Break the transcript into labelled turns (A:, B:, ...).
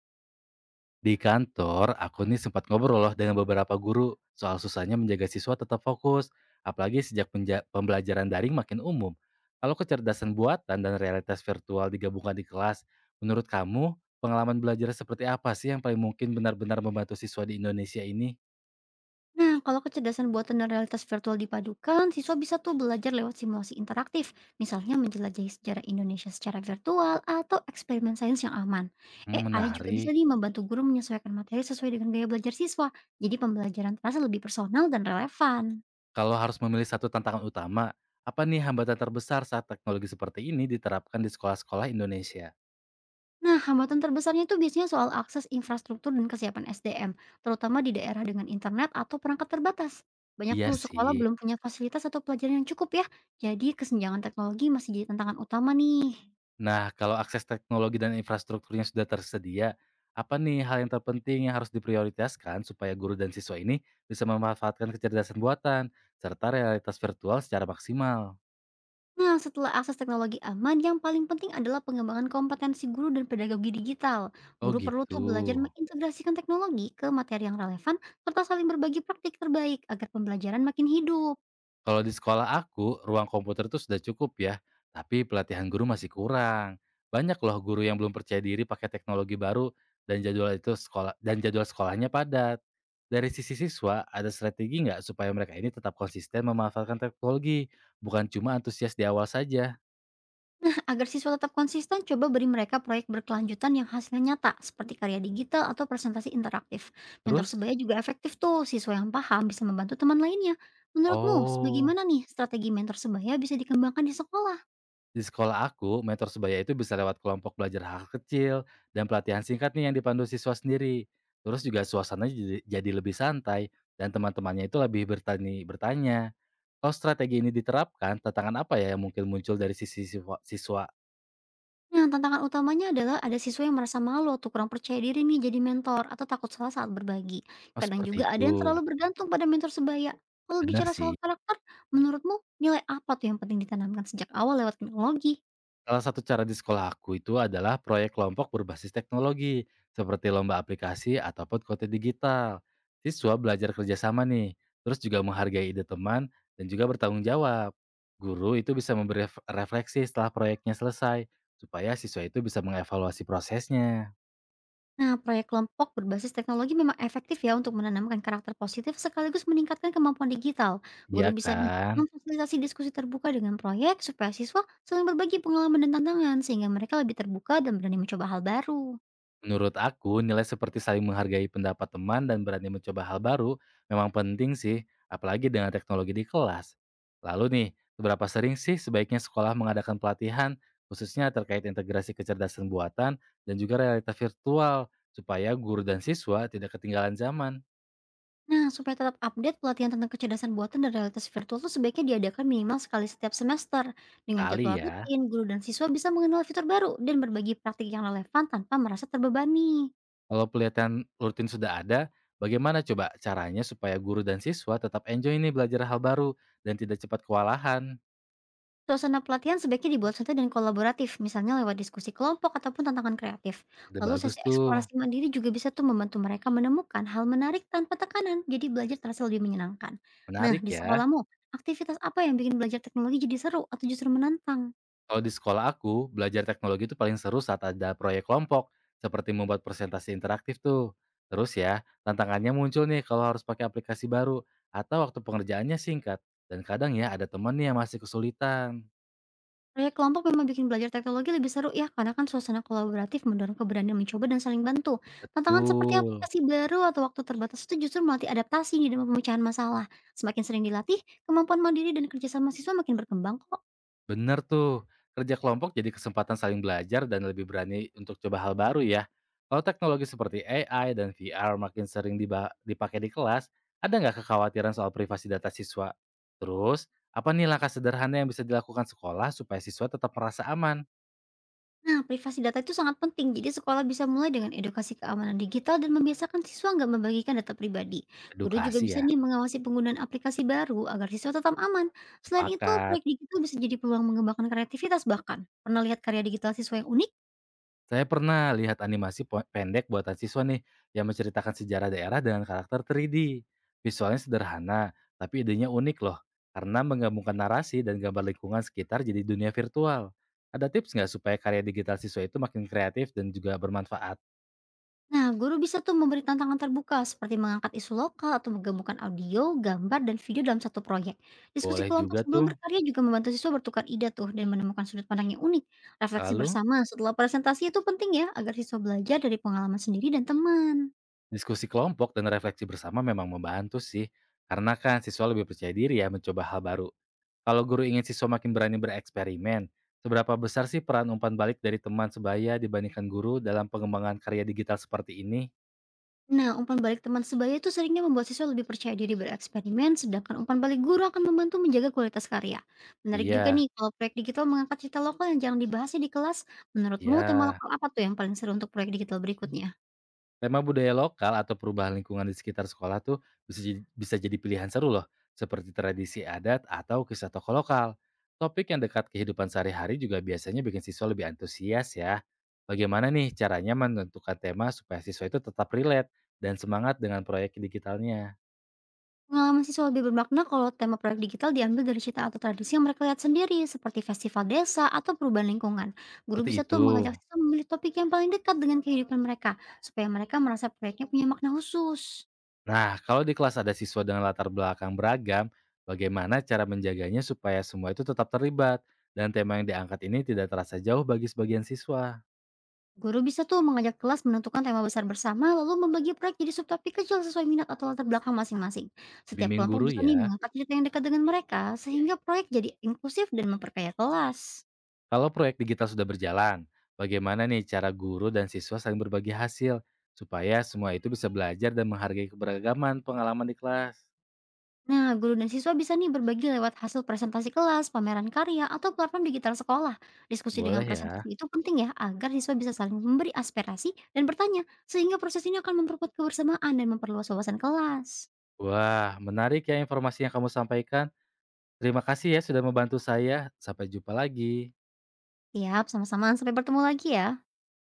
A: Di kantor, aku nih sempat ngobrol loh dengan beberapa guru soal susahnya menjaga siswa tetap fokus, apalagi sejak pembelajaran daring makin umum. Kalau kecerdasan buatan dan realitas virtual digabungkan di kelas, menurut kamu pengalaman belajar seperti apa sih yang paling mungkin benar-benar membantu siswa di Indonesia ini?
B: Nah, kalau kecerdasan buatan dan realitas virtual dipadukan, siswa bisa tuh belajar lewat simulasi interaktif, misalnya menjelajahi sejarah Indonesia secara virtual atau eksperimen sains yang aman.
A: Hmm,
B: AI juga bisa
A: menarik.
B: nih membantu guru menyesuaikan materi sesuai dengan gaya belajar siswa, jadi pembelajaran terasa lebih personal dan relevan.
A: Kalau harus memilih satu tantangan utama, apa nih hambatan terbesar saat teknologi seperti ini diterapkan di sekolah-sekolah Indonesia?
B: Nah, hambatan terbesarnya itu biasanya soal akses infrastruktur dan kesiapan SDM, terutama di daerah dengan internet atau perangkat terbatas. Banyak
A: Iya
B: tuh sekolah
A: sih.
B: belum punya fasilitas atau pelajaran yang cukup ya, jadi kesenjangan teknologi masih jadi tantangan utama nih.
A: Nah, kalau akses teknologi dan infrastrukturnya sudah tersedia, apa nih hal yang terpenting yang harus diprioritaskan supaya guru dan siswa ini bisa memanfaatkan kecerdasan buatan serta realitas virtual secara maksimal?
B: Nah, setelah akses teknologi aman, yang paling penting adalah pengembangan kompetensi guru dan pedagogi digital.
A: Oh
B: Guru perlu
A: gitu.
B: tuh belajar mengintegrasikan teknologi ke materi yang relevan, serta saling berbagi praktik terbaik agar pembelajaran makin hidup.
A: Kalau di sekolah aku, ruang komputer itu sudah cukup ya, tapi pelatihan guru masih kurang. Banyak loh guru yang belum percaya diri pakai teknologi baru dan jadwal sekolahnya padat. Dari sisi siswa, ada strategi nggak supaya mereka ini tetap konsisten memanfaatkan teknologi, bukan cuma antusias di awal saja?
B: Nah, agar siswa tetap konsisten, coba beri mereka proyek berkelanjutan yang hasilnya nyata, seperti karya digital atau presentasi interaktif. Mentor
A: Terus?
B: sebaya juga efektif tuh, siswa yang paham bisa membantu teman lainnya. Menurutmu,
A: Oh.
B: sebagaimana nih strategi mentor sebaya bisa dikembangkan di sekolah?
A: Di sekolah aku, mentor sebaya itu bisa lewat kelompok belajar hal kecil dan pelatihan singkat nih yang dipandu siswa sendiri. Terus juga suasananya jadi lebih santai dan teman-temannya itu lebih bertanya. Kalau strategi ini diterapkan, tantangan apa ya yang mungkin muncul dari sisi siswa?
B: Nah, tantangan utamanya adalah ada siswa yang merasa malu atau kurang percaya diri nih jadi mentor atau takut salah saat berbagi.
A: Oh
B: Kadang
A: seperti
B: juga
A: itu,
B: ada yang terlalu bergantung pada mentor sebaya. Kalau
A: benar
B: bicara soal
A: sih.
B: karakter, menurutmu nilai apa tuh yang penting ditanamkan sejak awal lewat teknologi?
A: Salah satu cara di sekolah aku itu adalah proyek kelompok berbasis teknologi, seperti lomba aplikasi ataupun konten digital. Siswa belajar kerjasama nih, terus juga menghargai ide teman dan juga bertanggung jawab. Guru itu bisa memberi refleksi setelah proyeknya selesai, supaya siswa itu bisa mengevaluasi prosesnya.
B: Nah, proyek kelompok berbasis teknologi memang efektif ya untuk menanamkan karakter positif sekaligus meningkatkan kemampuan digital. Guru
A: Iya
B: bisa nih
A: kan?
B: memfasilitasi diskusi terbuka dengan proyek supaya siswa saling berbagi pengalaman dan tantangan sehingga mereka lebih terbuka dan berani mencoba hal baru.
A: Menurut aku, nilai seperti saling menghargai pendapat teman dan berani mencoba hal baru memang penting sih, apalagi dengan teknologi di kelas. Lalu nih, seberapa sering sih sebaiknya sekolah mengadakan pelatihan, khususnya terkait integrasi kecerdasan buatan dan juga realitas virtual, supaya guru dan siswa tidak ketinggalan zaman?
B: Nah, supaya tetap update, pelatihan tentang kecerdasan buatan dan realitas virtual itu sebaiknya diadakan minimal sekali setiap semester. Dengan jadwal
A: Kali ya,
B: rutin, guru dan siswa bisa mengenal fitur baru dan berbagi praktik yang relevan tanpa merasa terbebani.
A: kalau pelatihan rutin sudah ada, bagaimana coba caranya supaya guru dan siswa tetap enjoy nih belajar hal baru dan tidak cepat kewalahan?
B: Suasana pelatihan sebaiknya dibuat santai dan kolaboratif, misalnya lewat diskusi kelompok ataupun tantangan kreatif.
A: Ide
B: Lalu
A: bagus
B: sesi
A: tuh,
B: eksplorasi mandiri juga bisa tuh membantu mereka menemukan hal menarik tanpa tekanan, jadi belajar terasa lebih menyenangkan. Nah,
A: menarik
B: di
A: ya.
B: sekolahmu, aktivitas apa yang bikin belajar teknologi jadi seru atau justru menantang?
A: Kalau di sekolah aku, belajar teknologi itu paling seru saat ada proyek kelompok, seperti membuat presentasi interaktif tuh. Terus ya, tantangannya muncul nih kalau harus pakai aplikasi baru, atau waktu pengerjaannya singkat. Dan kadang ya ada teman nih yang masih kesulitan.
B: Proyek kelompok memang bikin belajar teknologi lebih seru ya, karena kan suasana kolaboratif mendorong keberanian mencoba dan saling bantu. Tantangan seperti
A: Betul.
B: aplikasi baru atau waktu terbatas itu justru melatih adaptasi nih dalam pemecahan masalah. Semakin sering dilatih, kemampuan mandiri dan kerjasama siswa makin berkembang kok.
A: Bener tuh, kerja kelompok jadi kesempatan saling belajar dan lebih berani untuk coba hal baru ya. Kalau teknologi seperti AI dan VR makin sering dipakai di kelas, ada nggak kekhawatiran soal privasi data siswa? Terus, apa nih langkah sederhana yang bisa dilakukan sekolah supaya siswa tetap merasa aman?
B: Nah, privasi data itu sangat penting, jadi sekolah bisa mulai dengan edukasi keamanan digital dan membiasakan siswa nggak membagikan data pribadi. Guru juga
A: Edukasi
B: bisa
A: ya,
B: nih mengawasi penggunaan aplikasi baru agar siswa tetap aman. Selain itu,
A: sepakat.
B: proyek digital bisa jadi peluang mengembangkan kreativitas bahkan. Pernah lihat karya digital siswa yang unik?
A: Saya pernah lihat animasi pendek buatan siswa nih yang menceritakan sejarah daerah dengan karakter 3D. Visualnya sederhana, tapi idenya unik loh. Karena menggabungkan narasi dan gambar lingkungan sekitar jadi dunia virtual. Ada tips nggak supaya karya digital siswa itu makin kreatif dan juga bermanfaat?
B: Nah, guru bisa tuh memberi tantangan terbuka seperti mengangkat isu lokal atau menggabungkan audio, gambar, dan video dalam satu proyek. Diskusi
A: Boleh
B: kelompok
A: juga
B: sebelum
A: tuh.
B: berkarya juga membantu siswa bertukar ide tuh dan menemukan sudut pandang yang unik. Refleksi
A: Lalu,
B: bersama setelah presentasi itu penting ya agar siswa belajar dari pengalaman sendiri dan teman.
A: diskusi kelompok dan refleksi bersama memang membantu sih. Karena kan siswa lebih percaya diri ya mencoba hal baru. Kalau guru ingin siswa makin berani bereksperimen, seberapa besar sih peran umpan balik dari teman sebaya dibandingkan guru dalam pengembangan karya digital seperti ini?
B: Nah, umpan balik teman sebaya itu seringnya membuat siswa lebih percaya diri bereksperimen, sedangkan umpan balik guru akan membantu menjaga kualitas karya. Menarik juga
A: Iya,
B: nih kalau proyek digital mengangkat cerita lokal yang jarang dibahas ya di kelas. Menurutmu tema
A: iya.
B: lokal apa tuh yang paling seru untuk proyek digital berikutnya?
A: Tema budaya lokal atau perubahan lingkungan di sekitar sekolah tuh bisa jadi pilihan seru loh, seperti tradisi adat atau kisah tokoh lokal. Topik yang dekat kehidupan sehari-hari juga biasanya bikin siswa lebih antusias ya. Bagaimana nih caranya menentukan tema supaya siswa itu tetap relate dan semangat dengan proyek digitalnya?
B: Pengalaman siswa lebih bermakna kalau tema proyek digital diambil dari cerita atau tradisi yang mereka lihat sendiri, seperti festival desa atau perubahan lingkungan. Guru
A: Seperti
B: bisa tuh
A: itu.
B: mengajak siswa memilih topik yang paling dekat dengan kehidupan mereka, supaya mereka merasa proyeknya punya makna khusus.
A: Nah, kalau di kelas ada siswa dengan latar belakang beragam, bagaimana cara menjaganya supaya semua itu tetap terlibat dan tema yang diangkat ini tidak terasa jauh bagi sebagian siswa?
B: Guru bisa tuh mengajak kelas menentukan tema besar bersama, lalu membagi proyek jadi subtopik kecil sesuai minat atau latar belakang masing-masing. Setiap
A: Bimbing
B: kelompok
A: guru
B: bisa nih
A: ya.
B: mengangkat cerita yang dekat dengan mereka, sehingga proyek jadi inklusif dan memperkaya kelas.
A: Kalau proyek digital sudah berjalan, bagaimana nih cara guru dan siswa saling berbagi hasil supaya semua itu bisa belajar dan menghargai keberagaman pengalaman di kelas?
B: Nah, guru dan siswa bisa nih berbagi lewat hasil presentasi kelas, pameran karya, atau platform digital sekolah. Diskusi dengan
A: Boleh
B: presentasi
A: ya.
B: itu penting ya, agar siswa bisa saling memberi aspirasi dan bertanya, sehingga proses ini akan memperkuat kebersamaan dan memperluas wawasan kelas.
A: Wah, menarik ya informasi yang kamu sampaikan. Terima kasih ya sudah membantu saya. Sampai jumpa lagi.
B: Siap, sama-sama. Sampai bertemu lagi ya.